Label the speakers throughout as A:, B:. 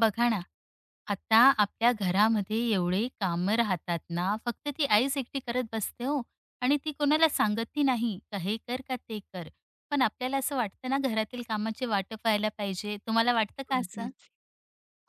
A: बघा ना, आता आपल्या घरामध्ये एवढे कामं राहतात ना, फक्त ती आईच एकटी करत बसते हो आणि ती कोणाला सांगतही नाही, का हे कर का ते कर. पण आपल्याला असं वाटतं ना, घरातील कामाचे वाटप व्हायला पाहिजे. तुम्हाला वाटतं का असं?
B: अगदीच.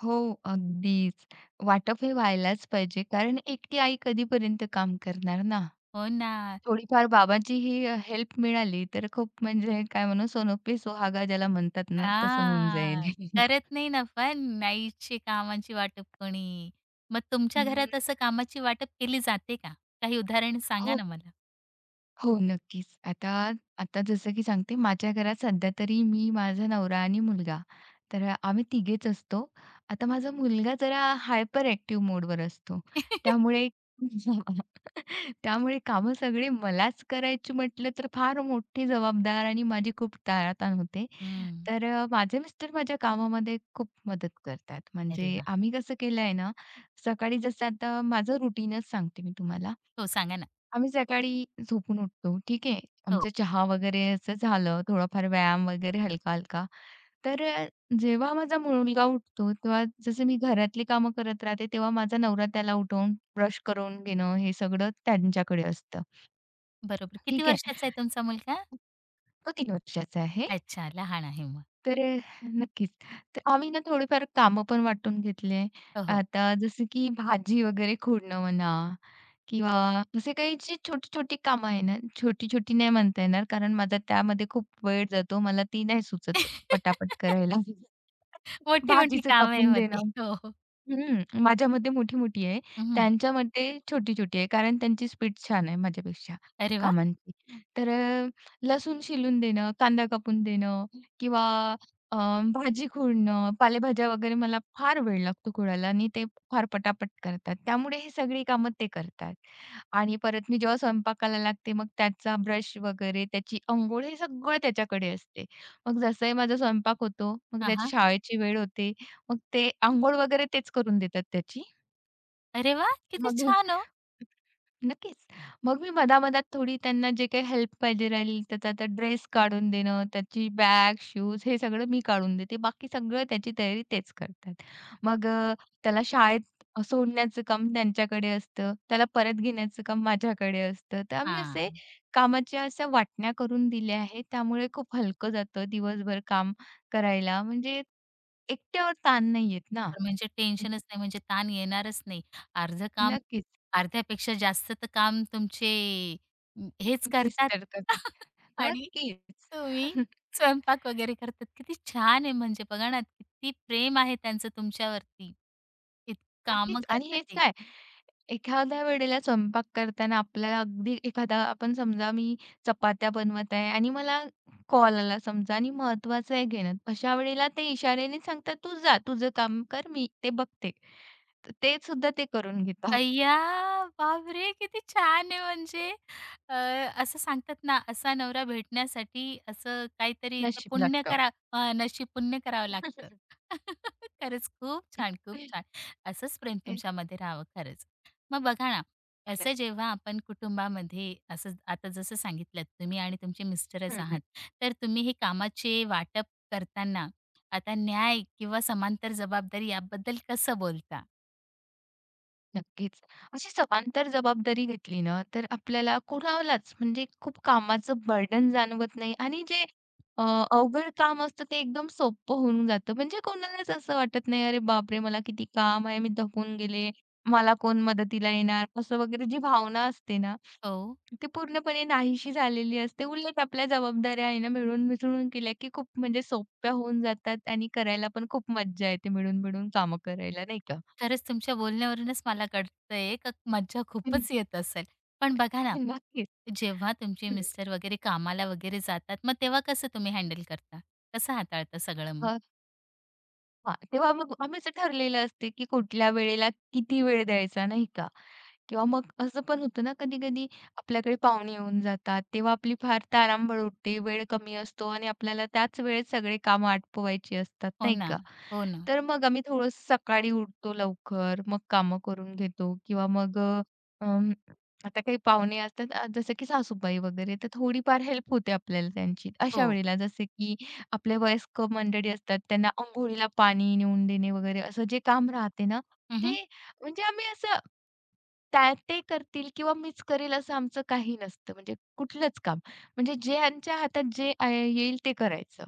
B: हो, अगदीच. वाटप हे व्हायलाच पाहिजे कारण एकटी आई कधीपर्यंत काम करणार ना?
A: हो ना.
B: थोडीफार बाबाची हेल्प मिळाली तर खूप म्हणजे काय म्हणू सोनं पे सुहागा ज्याला म्हणतात ना, तसं होऊन जाईल.
A: हां, करत नाही ना पण आईची कामाची वाटप कोणी. मग तुमच्या
B: अं,
A: घरात असं कामाची वाटप केली जाते का? काही उदाहरण सांगा
B: हो
A: ना मला?
B: हो, नक्कीच. आता आता जसं की सांगते, माझ्या घरात सध्या तरी मी, माझा नवरा आणि मुलगा, तर आम्ही तिघेच असतो. आता माझा मुलगा जरा हायपर ॲक्टिव्ह मोडवर असतो. त्यामुळे त्यामुळे कामं सगळी मलाच करायची म्हटलं तर फार मोठी जबाबदार आणि माझी खूप टाळाटाळ होते.
A: हं.
B: तर माझे मिस्टर माझ्या कामामध्ये खूप मदत करतात.
A: अरे
B: म्हणजे
A: वाह!
B: आम्ही कसं केलंय ना, सकाळी जसं आता माझं रुटीनच सांगते मी तुम्हाला.
A: हो, सांगा ना.
B: आम्ही सकाळी झोपून उठतो, ठीक आहे.
A: हो,
B: आमचा चहा वगैरे असं झालं, थोडाफार व्यायाम वगैरे हलका-हलका. तर जेव्हा माझा मुलगा उठतो, तेव्हा जसं मी घरातली कामं करत राहते, तेव्हा माझा नवरा त्याला उठवून ब्रश करून घेणं, हे सगळं त्यांच्याकडे असतं,
A: बरोबर. किती
B: ठीक आहे.
A: वर्षाचा आहे तुमचा मुलगा?
B: तो 3 वर्षाचा आहे.
A: अच्छा, लहान आहे मग.
B: तर नक्कीच. तर आम्ही ना थोडीफार कामं पण वाटून घेतले.
A: हो, हो.
B: आता जसं की भाजी वगैरे खोडणं म्हणा किंवा असे काही जी छोटी-छोटी कामं आहे ना, छोटी-छोटी नाही म्हणता येणार कारण माझा त्यामध्ये खूप वेळ जातो. मला ती नाही सुचत पटापट करायला.
A: मोठी-मोठी
B: भाजीचं
A: कामं आहे
B: कापून
A: मग ते.
B: देणं.
A: हो, हो.
B: हं, माझ्या मते मोठी-मोठी आहे.
A: हं.
B: त्यांच्या मते छोटी-छोटी आहे. कारण त्यांची स्पीड छान आहे माझ्यापेक्षा
A: अरे वा,
B: कामांची. तर लसूण शिलून देणं, कांदा कापून देणं किंवा अ, भाजी खुडणं, पालेभाज्या वगैरे मला फार वेळ लागतो खुडायला आणि ते फार पटापट करतात. त्यामुळे हे सगळी कामं ते करतात. आणि परत मी जेव्हा स्वयंपाकाला लागते, मग त्याचा ब्रश वगैरे, त्याची अंघोळ हे सगळं त्याच्याकडे असते. मग जसंही माझा स्वयंपाक होतो, मग
A: हां,
B: त्याची
A: हां.
B: शाळेची वेळ होते. मग ते अंघोळ वगैरे तेच करून देतात त्याची.
A: अरे वाह! किती
B: मग मी
A: छान हो.
B: नक्कीच. मग मी मधा-मधात थोडी त्यांना जे काही हेल्प पाहिजे राहील, त्याचा आता ड्रेस काढून देणं, त्याची बॅग, शूज हे सगळं मी काढून देते. बाकी सगळं त्याची तयारी तेच करतात. मग त्याला शाळेत सोडण्याचं काम त्यांच्याकडे असतं. त्याला परत घेण्याचं काम माझ्याकडे असतं. तर आम्ही असे
A: हां.
B: कामाच्या अशा वाटण्या करून दिल्या आहेत. त्यामुळे खूप हलकं जातं दिवसभर काम करायला. म्हणजे एकट्यावर ताण नाही येत ना.
A: बरोबर म्हणजे टेन्शनच नाही, म्हणजे ताण येणारच नाही. अर्धं काम
B: नक्कीच.
A: अर्ध्यापेक्षा जास्त तर काम तुमचे हेच करतात.
B: मिस्टर कप
A: आणि
B: नक्कीच.
A: तुम्ही स्वयंपाक वगैरे करतात. किती छान आहे म्हणजे बघा ना, किती प्रेम आहे त्यांचं तुमच्यावरती. इतकी कामं
B: नक्कीच आणि
A: करतात
B: हेच
A: ते.
B: काय, एखाद्या वेळेला स्वयंपाक करताना आपल्याला अगदी एखादा आपण समजा मी चपात्या बनवत आहे आणि मला कॉल आला समजा आणि महत्वाचं आहे घेणं. अशा वेळेला ते इशाऱ्याने सांगतात, "तू जा, तुझं काम कर, मी ते बघते." तर ते सुद्धा ते करून घेतात.
A: अय्या! बापरे! किती छान आहे म्हणजे, अ, असं सांगतात ना, असा नवरा भेटण्यासाठी असं काहीतरी ते
B: नशीब
A: पुण्य
B: लागतं.
A: करा, नशीब पुण्य करावं लागतं. खरंच खूप छान, खूप छान. असंच प्रेम
B: हं.
A: तुमच्यामध्ये राहावं खरंच. मग बघा ना, असं जेव्हा आपण कुटुंबामध्ये असं आता जसं सांगितलंत तुम्ही आणि तुमचे मिस्टरच आहात, तर तुम्ही हे कामाचे वाटप करताना आता न्याय किंवा समांतर जबाबदारी याबद्दल कसं बोलता?
B: नक्कीच. अशी समांतर जबाबदारी घेतली ना, तर आपल्याला कुणालाच म्हणजे खूप कामाचं बर्डन जाणवत नाही आणि जे अ, अवघड काम असतं ते एकदम सोपं होऊन जातं. म्हणजे कोणालाच असं वाटत नाही, "अरे बापरे! मला किती काम आहे, मी दमून गेले, मला कोण मदतीला येणार?" असं वगैरे जी भावना असते ना,
A: हो.
B: ती पूर्णपणे नाहीशी झालेली असते. उलट आपल्या जबाबदाऱ्या आहे ना, मिळून-मिसळून केल्या की खूप म्हणजे सोप्या होऊन जातात आणि करायला पण खूप मज्जा येते मिळून-मिळून कामं करायला, नाही का?
A: खरंच तुमच्या बोलण्यावरूनच मला कळतंय का मज्जा खूपच येत असेल. पण बघा ना,
B: नक्कीच.
A: जेव्हा तुमचे
B: हं.
A: मिस्टर वगैरे कामाला वगैरे जातात, मग तेव्हा कसं तुम्ही हँडल करता? कसं हाताळता सगळं मग?
B: हां, हां. तेव्हा मग आम्ही असं ठरलेलं असते, की कुठल्या वेळेला किती वेळ द्यायचा नाही का? किंवा मग असं पण होतं ना कधी-कधी आपल्याकडे पाहुणे येऊन जातात, तेव्हा आपली फार तारांबळ उडते, वेळ कमी असतो आणि आपल्याला त्याच वेळेत सगळे काम आटपवायची असतात
A: हो
B: नाही
A: ना,
B: का?
A: हो ना.
B: तर मग आम्ही थोडं सकाळी उठतो लवकर, मग कामं करून घेतो किंवा मग अं, आता काही पाहुणे असतात जसं की सासूबाई वगैरे, तर थोडीफार हेल्प होते आपल्याला त्यांची. अशा
A: हो.
B: वेळेला जसे की आपले वयस्कर मंडळी असतात, त्यांना अंघोळीला पाणी नेऊन देणे वगैरे असं जे काम राहते ना,
A: हं,
B: ते म्हणजे आम्ही असं त्या ते करतील किंवा मीच करेल असं आमचं काही नसतं. म्हणजे कुठलंच काम. म्हणजे ज्यांच्या हातात जे आ येईल ते करायचं.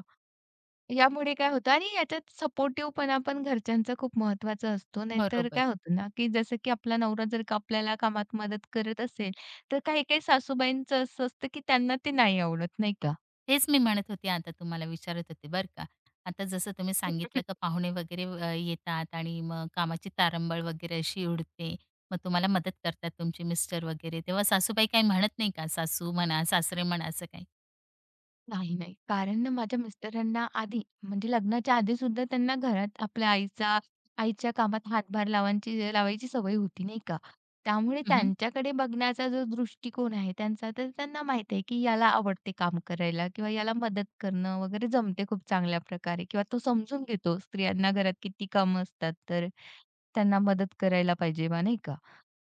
B: यामुळे काय होतं आणि याच्यात सपोर्टिव्हपणा पण घरच्यांचा खूप महत्त्वाचा असतो. नाहीतर
A: बरोबर.
B: काय होतं ना, की जसं की आपला नवरा जर का आपल्याला कामात मदत करत असेल, तर काही-काही सासूबाईंचं असं असतं, की त्यांना ते नाही आवडत, नाही का?
A: तेच मी म्हणत होते आता तुम्हाला विचारत होते बरं का. आता जसं तुम्ही सांगितलं का पाहुणे वगैरे येतात आणि मग कामाची तारंबळ वगैरे अशी उडते. मग तुम्हाला मदत करतात तुमचे मिस्टर वगैरे. तेव्हा सासूबाई काही म्हणत नाही का? सासू म्हणा, सासरे म्हणा असं काही?
B: नाही, नाही. कारण ना माझ्या मिस्टरांना आधी म्हणजे लग्नाच्या आधी सुद्धा त्यांना घरात आपल्या आईचा आईच्या कामात हातभार लावायची सवय होती, नाही का? त्यामुळे
A: हं,
B: त्यांच्याकडे बघण्याचा जो दृष्टिकोन आहे त्यांचा, तर त्यांना माहीत आहे की याला आवडते काम करायला किंवा याला मदत करणं वगैरे जमते खूप चांगल्या प्रकारे किंवा तो समजून घेतो स्त्रियांना घरात किती कामं असतात, तर त्यांना मदत करायला पाहिजे बा, नाही का?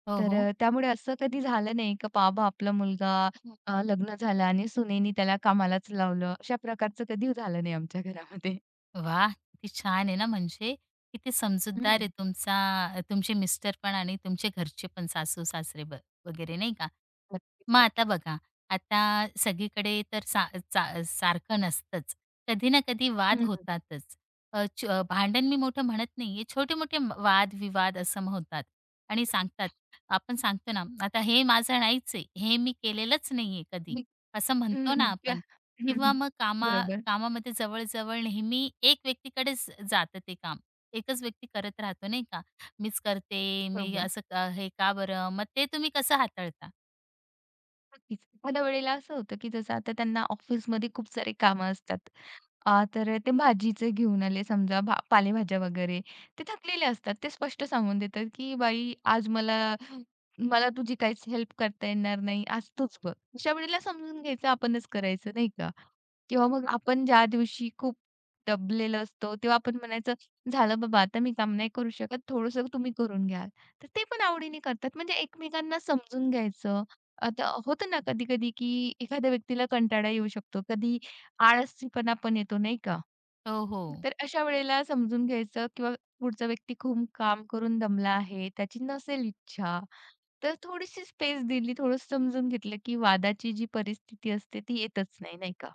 A: हो,
B: तर
A: हो.
B: त्यामुळे असं कधी झालं नाही का बाबा आपला मुलगा लग्न झालं आणि सुनेनी त्याला कामालाच लावलं. अशा प्रकारचं कधी झालं नाही आमच्या घरामध्ये.
A: वाह! किती छान आहे ना, म्हणजे किती समजूतदार आहे
B: हं.
A: तुमचा तुमचे मिस्टर पण आणि तुमचे घरचे पण सासू-सासरे ब वगैरे नाही का?
B: नक्कीच,
A: मग आता
B: नक्कीच.
A: बघा, आता सगळीकडे तर सा सा सारखं नसतंच. कधी ना कधी वाद
B: हं, हं.
A: होतातच. भांडण मी मोठं म्हणत नाहीये. छोटे-मोठे वाद-विवाद असं म होतात आणि सांगतात. आपण सांगतो ना, आता हे माझं नाहीच आहे. हे मी केलेलंच नाहीये कधी,
B: मी
A: असं
B: हं,
A: म्हणतो ना
B: हं.
A: आपण. किंवा मग
B: बरोबर,
A: कामामध्ये जवळ नेहमी एक व्यक्तीकडेच जातं ते काम. एकच व्यक्ती करत राहतो नाही का? मीच करते, मी
B: बरोबर.
A: असं का हे का बरं? मग ते तुम्ही कसं हाताळता?
B: नक्कीच. एखाद्या वेळेला असं होतं, की जसं आता त्यांना ऑफिसमध्ये खूप सारे कामं असतात. तर ते भाजीचे घेऊन आले समजा पालेभाज्या वगैरे. ते थकलेले असतात. ते स्पष्ट सांगून देतात, की "बाई आज मला मला तुझी काहीच हेल्प करता येणार नाही. आज तूच बघ." अशा वेळेला समजून घ्यायचं आपणच करायचं नाही का? किंवा मग आपण ज्या दिवशी खूप दबलेलो असतो, तेव्हा आपण म्हणायचं, "झालं बाबा आता मी काम नाही करू शकत. थोडंसं तुम्ही करून घ्याल." तर ते पण आवडीने करतात. म्हणजे एकमेकांना समजून घ्यायचं आता होतं ना कधी-कधी, की एखाद्या व्यक्तीला कंटाळा येऊ शकतो. कधी आळशीपणा पण येतो, नाही का?
A: हो, हो.
B: तर अशा वेळेला समजून घ्यायचं किंवा पुढचा व्यक्ती खूप काम करून दमला आहे, त्याची नसेल इच्छा, तर थोडीशी स्पेस दिली, थोडं समजून घेतलं, की वादाची जी परिस्थिती असते ती येतच नाही, नाही का?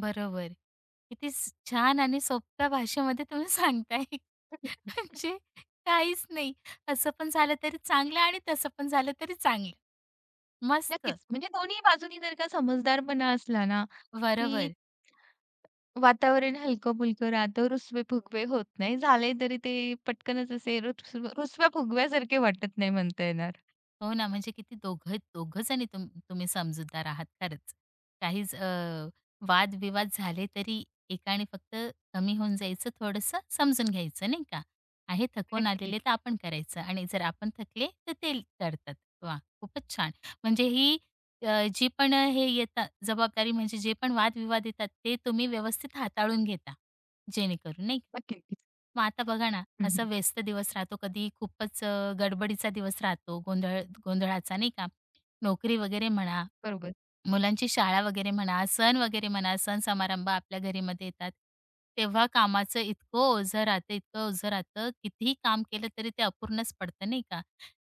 A: बरोबर. किती छान आणि सोप्या भाषेमध्ये तुम्ही सांगताय. म्हणजे काहीच नाही. असं पण झालं तरी चांगलं आणि तसं पण झालं तरी चांगलं. मस्त.
B: नक्कीच. म्हणजे दोन्ही बाजूनी जर का समजदारपणा असला ना, की
A: बरोबर.
B: वातावरण हलकं-फुलकं राहतं, रुसवे-फुगवे होत नाही. झाले तरी ते पटकनच असे रुसव्या-फुगव्यासारखे वाटत नाही म्हणता येणार.
A: हो ना, म्हणजे किती दोघं दोघं जणी तुम्ही समजूतदार आहात खरंच. काहीच, वादविवाद झाले तरी एकाने फक्त कमी होऊन जायचं, थोडंसं समजून घ्यायचं नाही का? आहे थकून
B: नक्कीच,
A: आलेले तर आपण करायचं आणि जर आपण थकले तर ते करतात. वाह! खूपच छान. म्हणजे ही, जी पण हे येतात जबाबदारी म्हणजे जे पण वादविवाद येतात ते तुम्ही व्यवस्थित हाताळून घेता, जेणेकरून नाही.
B: नक्कीच.
A: मग आता बघा ना,
B: हं,
A: असा
B: हं.
A: व्यस्त दिवस राहतो, कधी खूपच, गडबडीचा दिवस राहतो, गोंधळाचा नाही का? नोकरी वगैरे म्हणा,
B: बरोबर.
A: मुलांची शाळा वगैरे म्हणा, सण वगैरे म्हणा, सण समारंभ आपल्या घरामध्ये येतात. तेव्हा कामाचं इतकं ओझं राहतं, इतकं ओझं राहतं, कितीही काम केलं तरी ते अपूर्णच पडतं नाही का?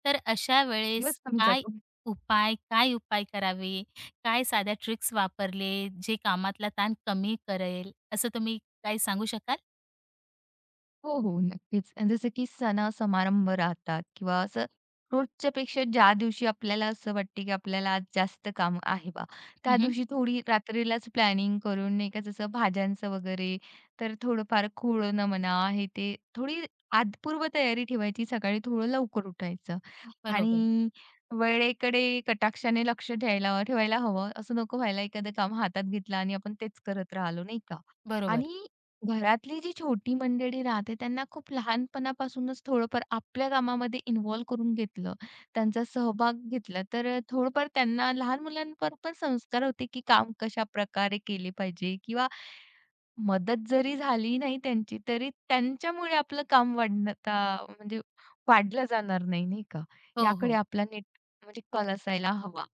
A: तर अशा वेळेस
B: दिवस कमी जातो.
A: काय उपाय करावे? काय साध्या ट्रिक्स वापरले, जे कामातला ताण कमी करेल, असं तुम्ही काही सांगू शकाल?
B: हो, हो. नक्कीच. जसं की सण-समारंभ राहतात किंवा असं रोजच्या पेक्षा ज्या दिवशी आपल्याला असं वाटते की आपल्याला आज जास्त काम आहे बा, त्या
A: हं,
B: दिवशी थोडी रात्रीलाच प्लॅनिंग करून नाही का जसं भाज्यांचं वगैरे, तर थोडंफार खोळणं म्हणा हे ते थोडी आत पूर्वतयारी ठेवायची. सकाळी थोडं लवकर उठायचं
A: बरोबर,
B: आणि वेळेकडे कटाक्षाने लक्ष द्यायला ठेवायला हवं. असं नको व्हायला एखादं काम हातात घेतलं आणि आपण तेच करत राहिलो, नाही का?
A: बरोबर.
B: आणि घरातली जी छोटी मंडळी राहते त्यांना खूप लहानपणापासूनच थोडंफार आपल्या कामामध्ये इन्व्हॉल्व करून घेतलं, त्यांचा सहभाग घेतला, तर थोडंफार त्यांना लहान मुलांवर पण संस्कार होते, की काम कशाप्रकारे केले पाहिजे किंवा मदत जरी झाली नाही त्यांची, तरी त्यांच्यामुळे आपलं काम वाढण्याचा म्हणजे वाढलं जाणार नाही, नाही का?
A: हो,
B: याकडे
A: हो.
B: आपला नीट म्हणजे कल असायला हवा.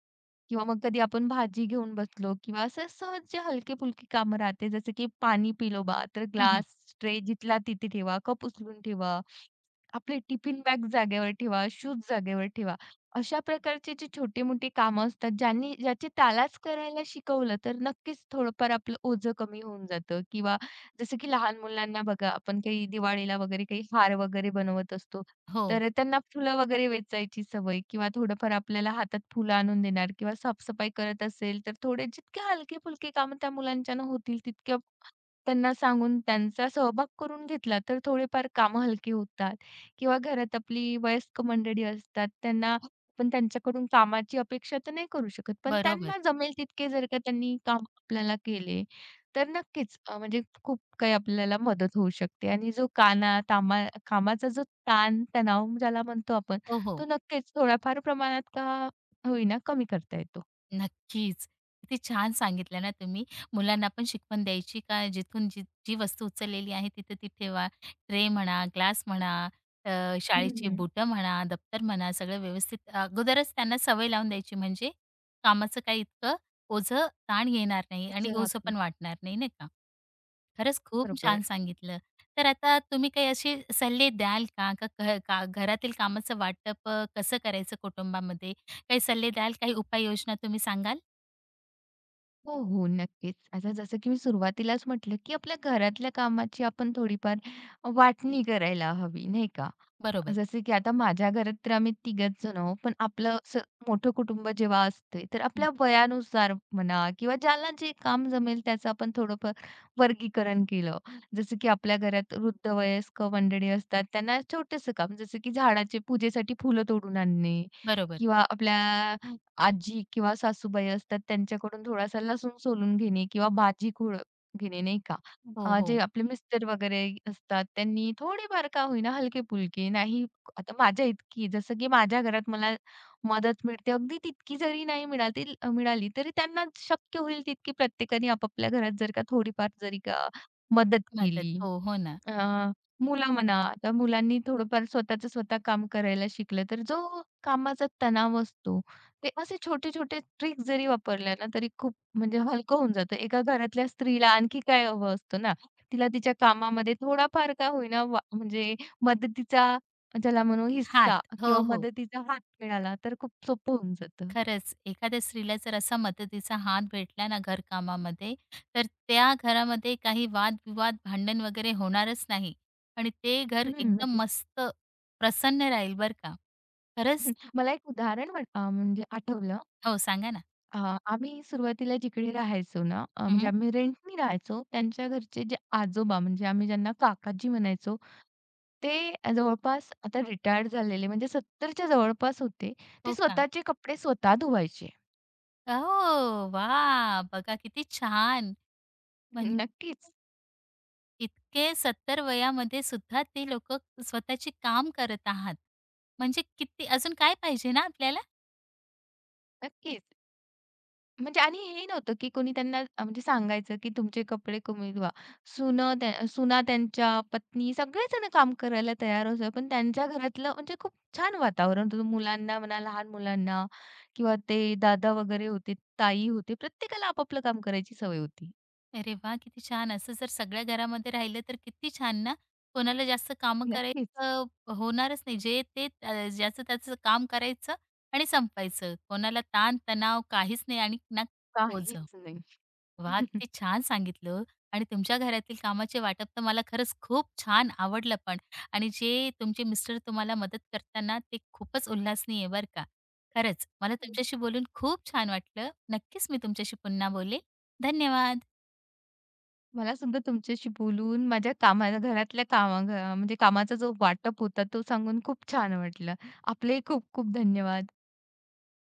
B: किंवा मग कधी आपण भाजी घेऊन बसलो किंवा असं सहज जे हलके फुलकी कामं राहते, जसं की पाणी पिलो बा, तर
A: हं, हं.
B: ग्लास, ट्रे जिथला तिथे ठेवा, कप उचलून ठेवा, आपले टिफिन बॅग जागेवर ठेवा, शूज जागेवर ठेवा. अशा प्रकारची जी छोटी-मोठी कामं असतात, ज्यांनी ज्याची त्यालाच करायला शिकवलं, तर नक्कीच थोडंफार आपलं ओझं कमी होऊन जातं किंवा जसं की लहान मुलांना बघा, आपण काही दिवाळीला वगैरे काही हार वगैरे बनवत असतो.
A: हो,
B: तर त्यांना फुलं वगैरे वेचायची सवय किंवा थोडंफार आपल्याला हातात फुलं आणून देणार किंवा साफसफाई करत असेल, तर थोडे जितके हलके-फुलके कामं त्या मुलांच्यानं होतील तितके त्यांना सांगून त्यांचा सहभाग करून घेतला, तर थोडीफार कामं हलकी होतात किंवा घरात आपली वयस्क मंडळी असतात, त्यांना आपण त्यांच्याकडून कामाची अपेक्षा तर नाही करू शकत. पण
A: बरोबर.
B: त्यांना जमेल तितके जर का त्यांनी काम आपल्याला केले, तर नक्कीच म्हणजे खूप काही आपल्याला मदत होऊ शकते आणि जो काना तामा कामाचा जो ताण, तणाव ज्याला म्हणतो आपण,
A: हो,
B: तो
A: हो.
B: नक्कीच थोड्याफार प्रमाणात का होईना कमी करता येतो.
A: नक्कीच. किती छान सांगितलं ना तुम्ही. मुलांना पण शिकवण द्यायची का जिथून जी जी वस्तू उचललेली आहे तिथं ती ठेवा. ट्रे म्हणा, ग्लास म्हणा, अ,
B: हं,
A: शाळेची
B: हं.
A: बुटं म्हणा, दप्तर म्हणा, सगळं व्यवस्थित अगोदरच त्यांना सवय लावून द्यायची म्हणजे कामाचं काही इतकं ओझं ताण येणार नाही आणि ओझं
B: राहतं.
A: पण वाटणार नाही, नाही का? खरंच खूप छान
B: बरोबर.
A: सांगितलं. तर आता तुम्ही काही असे सल्ले द्याल का? का घ का घरातील कामाचं वाटप, कसं करायचं कुटुंबामध्ये? काही सल्ले द्याल, काही उपाययोजना तुम्ही सांगाल?
B: हो, हो. नक्कीच. आता जसं की मी सुरुवातीलाच म्हटलं, की आपल्या घरातल्या कामाची आपण थोडीफार वाटणी करायला हवी, नाही का?
A: बरोबर.
B: जसं की आता माझ्या घरात तर आम्ही तिघच जण आहोत. पण आपलं असं मोठं कुटुंब जेव्हा असते, तर
A: हं,
B: आपल्या वयानुसार म्हणा किंवा ज्याला जे काम जमेल त्याचं आपण थोडंफार वर्गीकरण केलं. जसं की आपल्या घरात वृद्ध वयस्क मंडळी असतात, त्यांना छोटंसं काम जसं की झाडाचे पूजेसाठी फुलं तोडून आणणे
A: बरोबर.
B: किंवा आपल्या आजी किंवा सासूबाई असतात त्यांच्याकडून थोडासा लसूण सोलून घेणे किंवा भाजी खोड घेणे नाही का?
A: हो, हो.
B: जे आपले मिस्टर वगैरे असतात त्यांनी थोडीफार का होईना हलके फुलकी नाही आता माझ्या इतकी जसं की माझ्या घरात मला मदत मिळते अगदी तितकी जरी नाही मिळाली मिळाली तरी त्यांना शक्य होईल तितकी प्रत्येकाने आपापल्या घरात जर का थोडीफार जरी का मदत
A: मदत.
B: केली.
A: हो, हो ना.
B: अ, मुलं म्हणा, आता मुलांनी थोडंफार स्वतःचं स्वतः काम करायला शिकलं, तर जो कामाचा तणाव असतो, ते असे छोटे-छोटे ट्रिक जरी वापरल्या ना, तरी खूप म्हणजे हलकं होऊन जातं. एका घरातल्या स्त्रीला आणखी काय हवं असतं ना, तिला तिच्या कामामध्ये थोडाफार का होईना वा म्हणजे मदतीचा ज्याला म्हणू
A: हात.
B: हिस्सा
A: हो,
B: किंवा
A: हो.
B: मदतीचा हात मिळाला, तर खूप सोपं होऊन जातं.
A: खरंच एखाद्या स्त्रीला जर असा मदतीचा हात भेटला ना घरकामामध्ये, तर त्या घरामध्ये काही वाद-विवाद, भांडण वगैरे होणारच नाही आणि ते घर
B: हं,
A: एकदम
B: नक्कीच.
A: मस्त प्रसन्न राहील बरं का. खरंच
B: हम्म, मला एक उदाहरण म्हणजे आठवलं
A: हो, सांगा ना.
B: हां, आम्ही सुरुवातीला जिकडे राहायचो ना,
A: हं,
B: म्हणजे
A: हं.
B: आम्ही रेंटनी राहायचो. त्यांच्या घरचे जे आजोबा म्हणजे आम्ही ज्यांना काकाजी म्हणायचो, ते जवळपास आता रिटायर्ड झालेले म्हणजे 70च्या जवळपास होते. ते
A: हो का?
B: स्वतःचे कपडे स्वतः धुवायचे.
A: हो, वाह! बघा किती छान. म्हणजे
B: नक्कीच,
A: इतके 70 वयामध्ये सुद्धा ते लोकं स्वतःचे काम करत आहात. म्हणजे किती अजून काय पाहिजे ना आपल्याला?
B: नक्कीच. म्हणजे आणि हे नव्हतं, की कोणी त्यांना म्हणजे सांगायचं, की तुमचे कपडे कमवा. सुनं त्या सुना त्यांच्या पत्नी सगळेजण काम करायला तयार होतं. पण त्यांच्या घरातलं म्हणजे खूप छान वातावरण होतं. मुलांना म्हणा, लहान मुलांना किंवा ते दादा वगैरे होते, ताई होते. प्रत्येकाला आपापलं काम करायची सवय होती.
A: अरे वाह! किती छान. असं जर सगळ्या घरामध्ये राहिलं तर किती छान ना. कोणाला जास्त कामं
B: नक्कीच.
A: करायचं होणारच नाही. जे ते, ज्याचं त्याचं काम करायचं आणि संपायचं. कोणाला ताण-तणाव काहीच नाही आणि ना ओझं.
B: काहीच नाही.
A: वाह! किती छान सांगितलं आणि तुमच्या घरातील कामाचे वाटप तर मला खरंच खूप छान आवडलं पण आणि जे तुमचे मिस्टर तुम्हाला मदत करताना ते खूपच उल्हासनीय आहे बरं का. खरंच मला
B: हं.
A: तुमच्याशी बोलून खूप छान वाटलं. नक्कीच मी तुमच्याशी पुन्हा बोलेल. धन्यवाद.
B: मला सुद्धा तुमच्याशी बोलून माझ्या कामाला घरातल्या कामा घ म्हणजे कामाचा जो वाटप होता, तो सांगून खूप छान वाटलं. आपलेही खूप खूप धन्यवाद.